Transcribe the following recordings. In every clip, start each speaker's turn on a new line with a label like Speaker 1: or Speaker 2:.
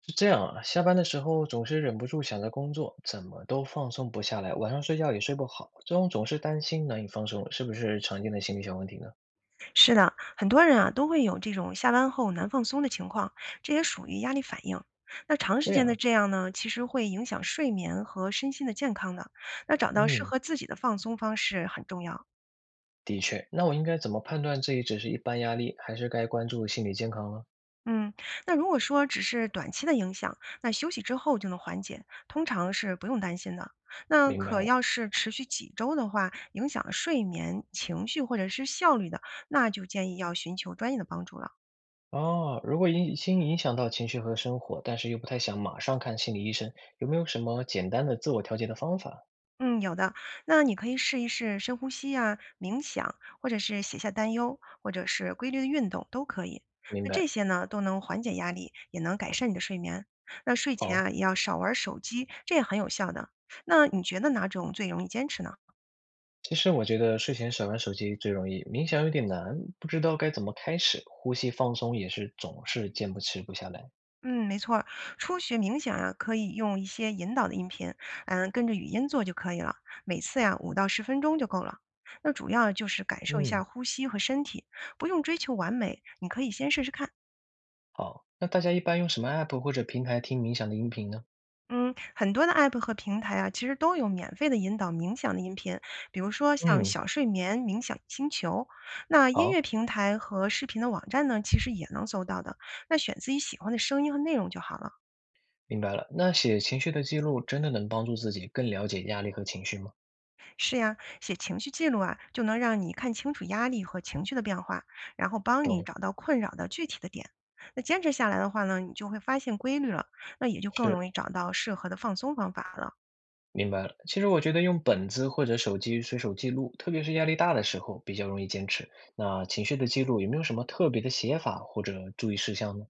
Speaker 1: 是这样啊，下班的时候总是忍不住想着工作，怎么都放松不下来，晚上睡觉也睡不好，这种总是担心难以放松，是不是常见的心理小问题呢？
Speaker 2: 是的，很多人啊都会有这种下班后难放松的情况，这也属于压力反应。那长时
Speaker 1: 这
Speaker 2: 间的
Speaker 1: 样，
Speaker 2: 这样呢，其实会影响睡眠和身心的健康的。那找到适
Speaker 1: 嗯，
Speaker 2: 合自己的放松方式很重要。
Speaker 1: 的确。那我应该怎么判断自己只是一般压力，还是该关注心理健康呢？
Speaker 2: 嗯，那如果说只是短期的影响，那休息之后就能缓解，通常是不用担心的。那
Speaker 1: 明白
Speaker 2: 可
Speaker 1: 了。
Speaker 2: 要是持续几周的话，影响睡眠、情绪或者是效率的，那就建议要寻求专业的帮助了。
Speaker 1: 哦，如果已经影响到情绪和生活，但是又不太想马上看心理医生，有没有什么简单的自我调节的方法？
Speaker 2: 嗯，有的。那你可以试一试深呼吸啊、冥想，或者是写下担忧，或者是规律的运动都可以。
Speaker 1: 明
Speaker 2: 那这
Speaker 1: 白。
Speaker 2: 些呢，都能缓解压力，也能改善你的睡眠。那睡前
Speaker 1: 好。
Speaker 2: 啊，也要少玩手机，这也很有效的。那你觉得哪种最容易坚持呢？
Speaker 1: 其实我觉得睡前少玩手机最容易，冥想有点难，不知道该怎么开始，呼吸放松也是总是坚不持不下来。
Speaker 2: 嗯，没错儿，初学冥想啊，可以用一些引导的音频，跟着语音做就可以了。每次呀，5到10分钟就够了。那主要就是感受一下
Speaker 1: 嗯，
Speaker 2: 呼吸和身体，不用追求完美，你可以先试试看。
Speaker 1: 好，那大家一般用什么 app 或者平台听冥想的音频呢？
Speaker 2: 嗯，很多的 App 和平台啊，其实都有免费的引导冥想的音频，比如说像
Speaker 1: 嗯，
Speaker 2: 小睡眠冥想星球。那音乐
Speaker 1: 好，
Speaker 2: 平台和视频的网站呢，其实也能搜到的。那选自己喜欢的声音和内容就好了。
Speaker 1: 明白了。那写情绪的记录真的能帮助自己更了解压力和情绪吗？
Speaker 2: 是呀，写情绪记录啊，就能让你看清楚压力和情绪的变化，然后帮你
Speaker 1: 懂，
Speaker 2: 找到困扰的具体的点。那坚持下来的话呢，你就会发现规律了，那也就更
Speaker 1: 是，
Speaker 2: 容易找到适合的放松方法了。
Speaker 1: 明白了。其实我觉得用本子或者手机随手记录，特别是压力大的时候比较容易坚持。那情绪的记录有没有什么特别的写法或者注意事项呢？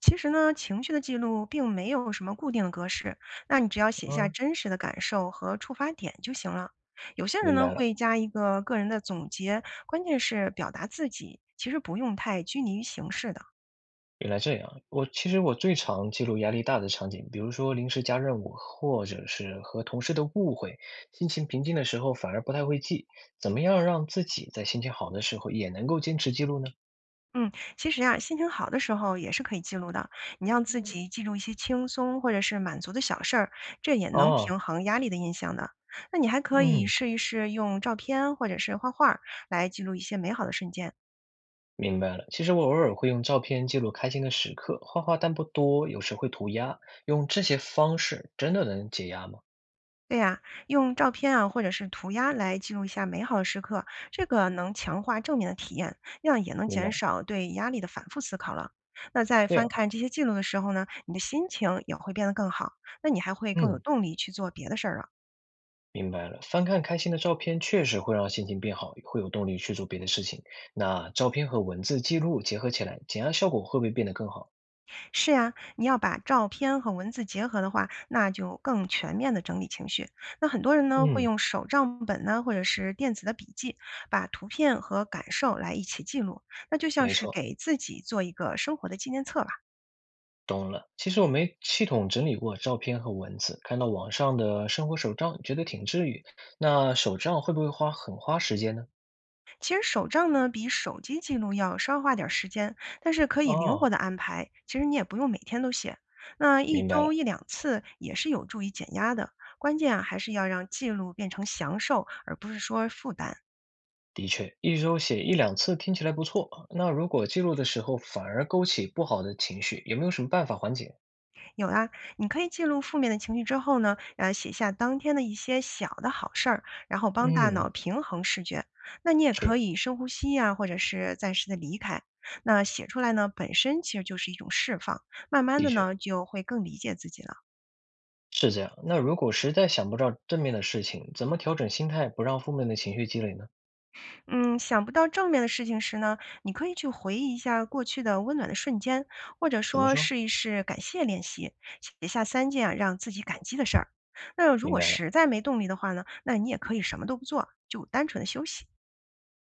Speaker 2: 其实呢，情绪的记录并没有什么固定的格式，那你只要写下
Speaker 1: 嗯，
Speaker 2: 真实的感受和触发点就行了。有些人
Speaker 1: 明
Speaker 2: 呢
Speaker 1: 白了。
Speaker 2: 会加一个个人的总结，关键是表达自己，其实不用太拘泥于形式的。
Speaker 1: 原来这样，我其实我最常记录压力大的场景，比如说临时加任务，或者是和同事的误会，心情平静的时候反而不太会记。怎么样让自己在心情好的时候也能够坚持记录呢？
Speaker 2: 嗯，其实呀，心情好的时候也是可以记录的。你让自己记录一些轻松或者是满足的小事儿，这也能
Speaker 1: 哦，
Speaker 2: 平衡压力的印象的。那你还可以
Speaker 1: 嗯，
Speaker 2: 试一试用照片或者是画画儿来记录一些美好的瞬间。
Speaker 1: 明白了。其实我偶尔会用照片记录开心的时刻，画画但不多，有时会涂鸦。用这些方式真的能解压吗？
Speaker 2: 对呀，用照片啊，或者是涂鸦来记录一下美好的时刻，这个能强化正面的体验，那样也能
Speaker 1: 明
Speaker 2: 减
Speaker 1: 白，
Speaker 2: 少对压力的反复思考了。那在
Speaker 1: 这
Speaker 2: 翻
Speaker 1: 样啊，
Speaker 2: 看这些记录的时候呢，你的心情也会变得更好，那你还会更有
Speaker 1: 嗯。
Speaker 2: 动力去做别的事儿了。
Speaker 1: 明白了，翻看开心的照片确实会让心情变好，会有动力去做别的事情。那照片和文字记录结合起来，减压效果会不会变得更好？
Speaker 2: 是呀，你要把照片和文字结合的话，那就更全面的整理情绪。那很多人呢会
Speaker 1: 嗯，
Speaker 2: 用手账本呢，或者是电子的笔记，把图片和感受来一起记录，那就像
Speaker 1: 没
Speaker 2: 是
Speaker 1: 错，
Speaker 2: 给自己做一个生活的纪念册吧。
Speaker 1: 懂了。其实我没系统整理过照片和文字，看到网上的生活手账，觉得挺治愈。那手账会不会花很花时间呢？
Speaker 2: 其实手账呢，比手机记录要稍花点儿时间，但是可以灵活
Speaker 1: 哦，
Speaker 2: 的安排。其实你也不用每天都写，那一
Speaker 1: 明白了。
Speaker 2: 周一两次也是有助于减压的。关键啊，还是要让记录变成享受，而不是说负担。
Speaker 1: 的确，一周写一两次听起来不错。那如果记录的时候反而勾起不好的情绪，有没有什么办法缓解？
Speaker 2: 有啊，你可以记录负面的情绪之后呢，写下当天的一些小的好事儿，然后帮大脑
Speaker 1: 嗯，
Speaker 2: 平衡视觉。那你也
Speaker 1: 是，
Speaker 2: 可以深呼吸呀、或者是暂时的离开。那写出来呢，本身其实就是一种释放，慢慢
Speaker 1: 的
Speaker 2: 的
Speaker 1: 确。
Speaker 2: 呢，就会更理解自己了。
Speaker 1: 是这样，那如果实在想不到正面的事情，怎么调整心态，不让负面的情绪积累呢？
Speaker 2: 嗯，想不到正面的事情时呢，你可以去回忆一下过去的温暖的瞬间，或者
Speaker 1: 怎么
Speaker 2: 说
Speaker 1: 说？
Speaker 2: 试一试感谢练习，写下三件啊让自己感激的事儿。那如
Speaker 1: 明
Speaker 2: 果
Speaker 1: 白了。
Speaker 2: 实在没动力的话呢，那你也可以什么都不做，就单纯的休息。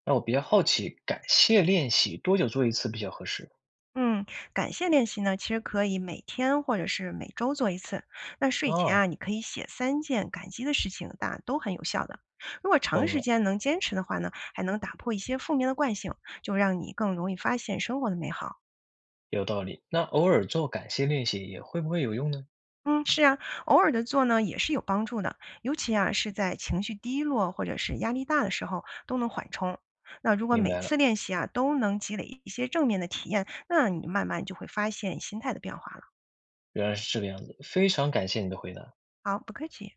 Speaker 1: 那我比较好奇，感谢练习多久做一次比较合适？
Speaker 2: 嗯，感谢练习呢，其实可以每天或者是每周做一次。那睡前
Speaker 1: 啊，
Speaker 2: 啊，你可以写三件感激的事情，那都很有效的。如果长
Speaker 1: 懂
Speaker 2: 时
Speaker 1: 了，
Speaker 2: 间能坚持的话呢，还能打破一些负面的惯性，就让你更容易发现生活的美好。
Speaker 1: 有道理。那偶尔做感谢练习也会不会有用呢？
Speaker 2: 嗯，是啊，偶尔的做呢也是有帮助的，尤其啊是在情绪低落或者是压力大的时候都能缓冲。那如果
Speaker 1: 明
Speaker 2: 每
Speaker 1: 白了，
Speaker 2: 次练习啊都能积累一些正面的体验，那你慢慢就会发现心态的变化了。
Speaker 1: 原来是这个样子。非常感谢你的回答。
Speaker 2: 好，不客气。